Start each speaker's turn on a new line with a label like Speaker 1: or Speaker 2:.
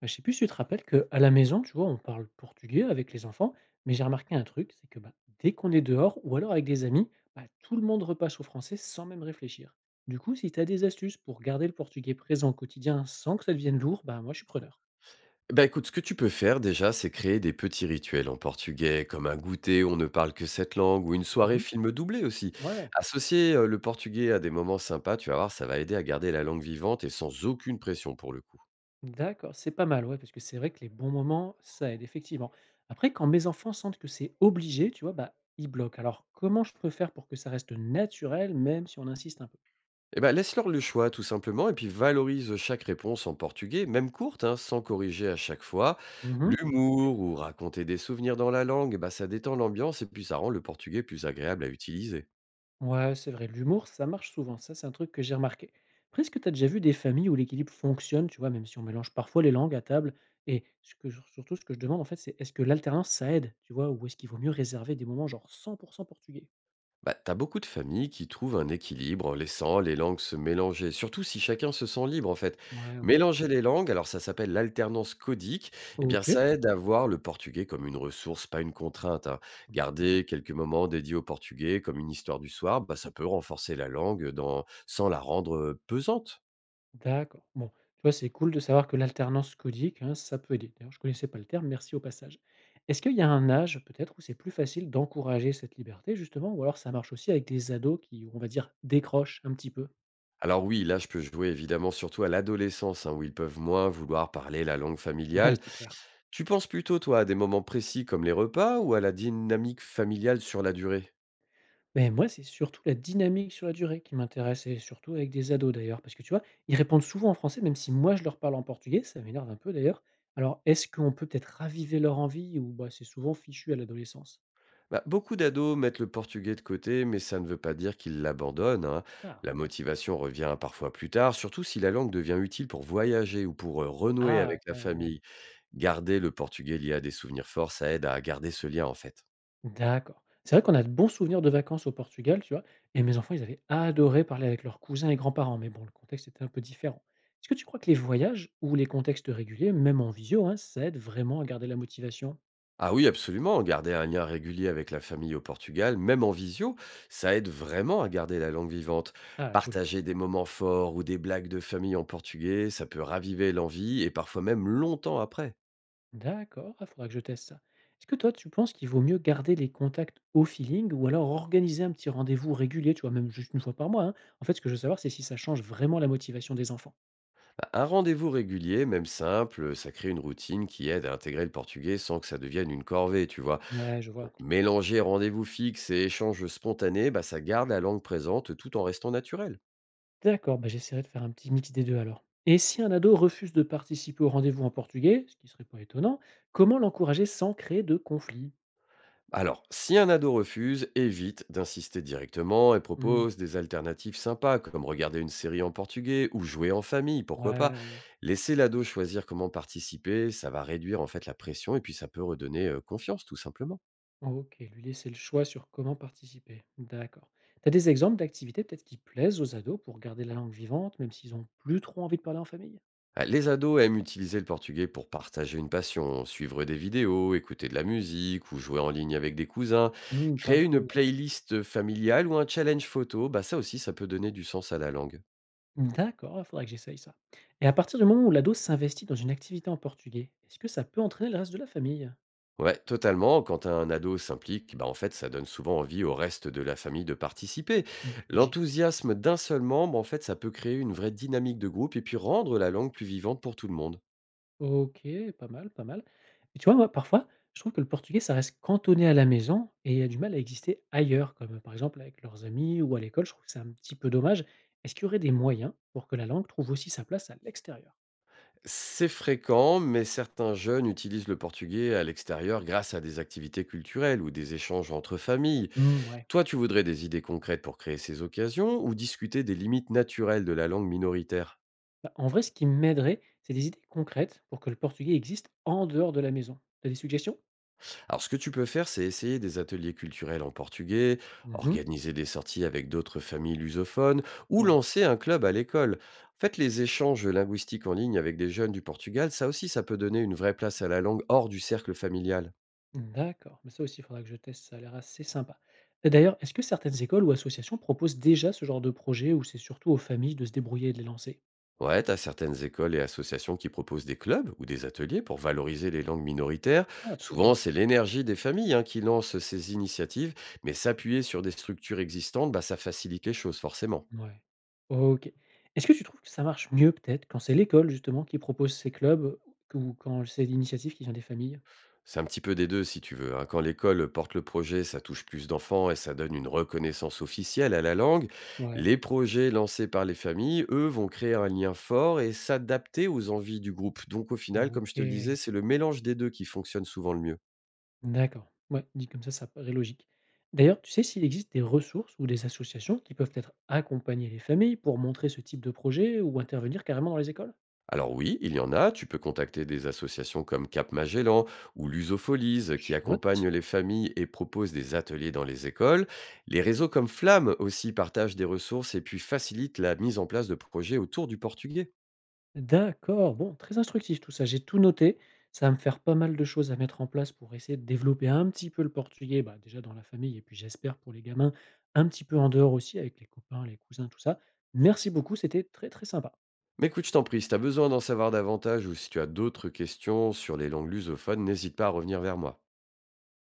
Speaker 1: Bah, je sais plus si tu te rappelles qu'à la maison, tu vois, on parle portugais avec les enfants, mais j'ai remarqué un truc, c'est que bah, dès qu'on est dehors ou alors avec des amis, bah, tout le monde repasse au français sans même réfléchir. Du coup, si tu as des astuces pour garder le portugais présent au quotidien sans que ça devienne lourd, bah, moi je suis preneur.
Speaker 2: Bah, écoute, ce que tu peux faire déjà, c'est créer des petits rituels en portugais, comme un goûter où on ne parle que cette langue, ou une soirée
Speaker 1: Mhm.
Speaker 2: film doublé aussi.
Speaker 1: Ouais.
Speaker 2: Associer le portugais à des moments sympas, tu vas voir, ça va aider à garder la langue vivante et sans aucune pression pour le coup.
Speaker 1: D'accord, c'est pas mal, ouais, parce que c'est vrai que les bons moments, ça aide, effectivement. Après, quand mes enfants sentent que c'est obligé, tu vois, bah, ils bloquent. Alors, comment je peux faire pour que ça reste naturel, même si on insiste un peu.
Speaker 2: Et ben laisse-leur le choix tout simplement, et puis valorise chaque réponse en portugais, même courte, hein, sans corriger à chaque fois.
Speaker 1: Mhm.
Speaker 2: L'humour ou raconter des souvenirs dans la langue, bah, ça détend l'ambiance et puis ça rend le portugais plus agréable à utiliser.
Speaker 1: Ouais, c'est vrai, l'humour, ça marche souvent, ça, c'est un truc que j'ai remarqué. Après, est-ce que tu as déjà vu des familles où l'équilibre fonctionne, tu vois, même si on mélange parfois les langues à table? Surtout, ce que je demande, en fait, c'est est-ce que l'alternance, ça aide, tu vois, ou est-ce qu'il vaut mieux réserver des moments genre 100% portugais?
Speaker 2: Bah, t'as beaucoup de familles qui trouvent un équilibre en laissant les langues se mélanger, surtout si chacun se sent libre en fait.
Speaker 1: Ouais, ok.
Speaker 2: Mélanger les langues, alors ça s'appelle l'alternance codique, eh bien
Speaker 1: Ok.
Speaker 2: ça aide à voir le portugais comme une ressource, pas une contrainte, hein.
Speaker 1: Mm.
Speaker 2: Garder quelques moments dédiés au portugais comme une histoire du soir, bah, ça peut renforcer la langue dans... sans la rendre pesante.
Speaker 1: D'accord. Bon, tu vois, c'est cool de savoir que l'alternance codique, hein, ça peut aider. D'ailleurs, je connaissais pas le terme, merci au passage. Est-ce qu'il y a un âge, peut-être, où c'est plus facile d'encourager cette liberté, justement, ou alors ça marche aussi avec des ados qui, on va dire, décrochent un petit peu?
Speaker 2: Alors oui, là, je peux jouer évidemment surtout à l'adolescence, hein, où ils peuvent moins vouloir parler la langue
Speaker 1: Ouais,
Speaker 2: familiale.
Speaker 1: c'est clair.
Speaker 2: Tu penses plutôt, toi, à des moments précis comme les repas ou à la dynamique familiale sur la durée?
Speaker 1: Mais moi, c'est surtout la dynamique sur la durée qui m'intéresse et surtout avec des ados d'ailleurs, parce que tu vois, ils répondent souvent en français, même si moi je leur parle en portugais, ça m'énerve un peu d'ailleurs. Alors, est-ce qu'on peut peut-être raviver leur envie ou bah, c'est souvent fichu à l'adolescence?
Speaker 2: Bah, beaucoup d'ados mettent le portugais de côté, mais ça ne veut pas dire qu'ils l'abandonnent, hein.
Speaker 1: Ah.
Speaker 2: La motivation revient parfois plus tard, surtout si la langue devient utile pour voyager ou pour renouer
Speaker 1: Ah,
Speaker 2: avec la
Speaker 1: ouais, ouais, ouais.
Speaker 2: famille. Garder le portugais lié à des souvenirs forts, ça aide à garder ce lien en fait.
Speaker 1: D'accord. C'est vrai qu'on a de bons souvenirs de vacances au Portugal, tu vois, et mes enfants, ils avaient adoré parler avec leurs cousins et grands-parents, mais bon, le contexte était un peu différent. Est-ce que tu crois que les voyages ou les contextes réguliers, même en visio, hein, ça aide vraiment à garder la motivation?
Speaker 2: Ah oui, absolument. Garder un lien régulier avec la famille au Portugal, même en visio, ça aide vraiment à garder la langue vivante.
Speaker 1: Ah, cool.
Speaker 2: Partager des moments forts ou des blagues de famille en portugais, ça peut raviver l'envie et parfois même longtemps après.
Speaker 1: D'accord, il faudra que je teste ça. Est-ce que toi, tu penses qu'il vaut mieux garder les contacts au feeling ou alors organiser un petit rendez-vous régulier, tu vois, même juste une fois par mois, hein? En fait, ce que je veux savoir, c'est si ça change vraiment la motivation des enfants.
Speaker 2: Un rendez-vous régulier, même simple, ça crée une routine qui aide à intégrer le portugais sans que ça devienne une corvée, tu vois.
Speaker 1: Ouais, je
Speaker 2: Donc
Speaker 1: vois.
Speaker 2: mélanger rendez-vous fixe et échanges spontanés, bah, ça garde la langue présente tout en restant naturel.
Speaker 1: D'accord, bah j'essaierai de faire un petit mix des deux alors. Et si un ado refuse de participer au rendez-vous en portugais, ce qui serait pas étonnant, comment l'encourager sans créer de conflit?
Speaker 2: Alors, si un ado refuse, évite d'insister directement et
Speaker 1: Hmm.
Speaker 2: propose des alternatives sympas, comme regarder une série en portugais ou jouer en famille, pourquoi pas.
Speaker 1: Ouais, ouais.
Speaker 2: Laisser l'ado choisir comment participer, ça va réduire en fait la pression et puis ça peut redonner confiance tout simplement.
Speaker 1: OK, lui laisser le choix sur comment participer. D'accord. T'as des exemples d'activités peut-être qui plaisent aux ados pour garder la langue vivante, même s'ils ont plus trop envie de parler en famille?
Speaker 2: Ah, les ados aiment utiliser le portugais pour partager une passion, suivre des vidéos, écouter de la musique ou jouer en ligne avec des cousins.
Speaker 1: Mmh, pas
Speaker 2: Créer une
Speaker 1: faux, ouais.
Speaker 2: playlist familiale ou un challenge photo, bah ça aussi ça peut donner du sens à la langue.
Speaker 1: D'accord, il faudrait que j'essaye ça. Et à partir du moment où l'ado s'investit dans une activité en portugais, est-ce que ça peut entraîner le reste de la famille?
Speaker 2: Ouais, totalement. Quand un ado s'implique, bah en fait, ça donne souvent envie au reste de la famille de participer.
Speaker 1: Mmh, logique.
Speaker 2: L'enthousiasme d'un seul membre, en fait, ça peut créer une vraie dynamique de groupe et puis rendre la langue plus vivante pour tout le monde.
Speaker 1: OK, pas mal, pas mal. Et tu vois, moi, parfois, je trouve que le portugais, ça reste cantonné à la maison et a du mal à exister ailleurs, comme par exemple avec leurs amis ou à l'école. Je trouve que c'est un petit peu dommage. Est-ce qu'il y aurait des moyens pour que la langue trouve aussi sa place à l'extérieur?
Speaker 2: C'est fréquent, mais certains jeunes utilisent le portugais à l'extérieur grâce à des activités culturelles ou des échanges entre familles.
Speaker 1: Mmh, ouais.
Speaker 2: Toi, tu voudrais des idées concrètes pour créer ces occasions ou discuter des limites naturelles de la langue minoritaire?
Speaker 1: Bah, en vrai, ce qui m'aiderait, c'est des idées concrètes pour que le portugais existe en dehors de la maison. T'as des suggestions?
Speaker 2: Alors, ce que tu peux faire, c'est essayer des ateliers culturels en portugais,
Speaker 1: Mhm.
Speaker 2: organiser des sorties avec d'autres familles lusophones ou
Speaker 1: Ouais.
Speaker 2: lancer un club à l'école. En fait, les échanges linguistiques en ligne avec des jeunes du Portugal, ça aussi, ça peut donner une vraie place à la langue hors du cercle familial.
Speaker 1: D'accord. Mais ça aussi, il faudra que je teste. Ça a l'air assez sympa. Et d'ailleurs, est-ce que certaines écoles ou associations proposent déjà ce genre de projet ou c'est surtout aux familles de se débrouiller et de les lancer?
Speaker 2: Ouais, t'as certaines écoles et associations qui proposent des clubs ou des ateliers pour valoriser les langues minoritaires.
Speaker 1: Ah, trop
Speaker 2: Souvent,
Speaker 1: bien.
Speaker 2: c'est l'énergie des familles, hein, qui lance ces initiatives, mais s'appuyer sur des structures existantes, bah, ça facilite les choses forcément.
Speaker 1: Ouais. OK. Est-ce que tu trouves que ça marche mieux peut-être quand c'est l'école justement qui propose ces clubs ou quand c'est l'initiative qui vient des familles?
Speaker 2: C'est un petit peu des 2 si tu veux, hein. Quand l'école porte le projet, ça touche plus d'enfants et ça donne une reconnaissance officielle à la langue.
Speaker 1: Ouais,
Speaker 2: Les projets lancés par les familles, eux, vont créer un lien fort et s'adapter aux envies du groupe. Donc au final, comme je te le disais,
Speaker 1: OK.
Speaker 2: c'est le mélange des 2 qui fonctionne souvent le mieux.
Speaker 1: D'accord. Ouais, dit comme ça paraît logique. D'ailleurs, tu sais s'il existe des ressources ou des associations qui peuvent être accompagner les familles pour montrer ce type de projet ou intervenir carrément dans les écoles?
Speaker 2: Alors oui, il y en a, tu peux contacter des associations comme Cap Magellan ou Lusopholies qui
Speaker 1: Je
Speaker 2: accompagnent
Speaker 1: note.
Speaker 2: les familles et proposent des ateliers dans les écoles. Les réseaux comme Flamme aussi partagent des ressources et puis facilitent la mise en place de projets autour du portugais.
Speaker 1: D'accord, bon, très instructif tout ça, j'ai tout noté. Ça va me faire pas mal de choses à mettre en place pour essayer de développer un petit peu le portugais, bah, déjà dans la famille et puis j'espère pour les gamins, un petit peu en dehors aussi avec les copains, les cousins, tout ça. Merci beaucoup, c'était très, très sympa.
Speaker 2: Mais écoute, je t'en prie, si tu as besoin d'en savoir davantage ou si tu as d'autres questions sur les langues lusophones, n'hésite pas à revenir vers moi.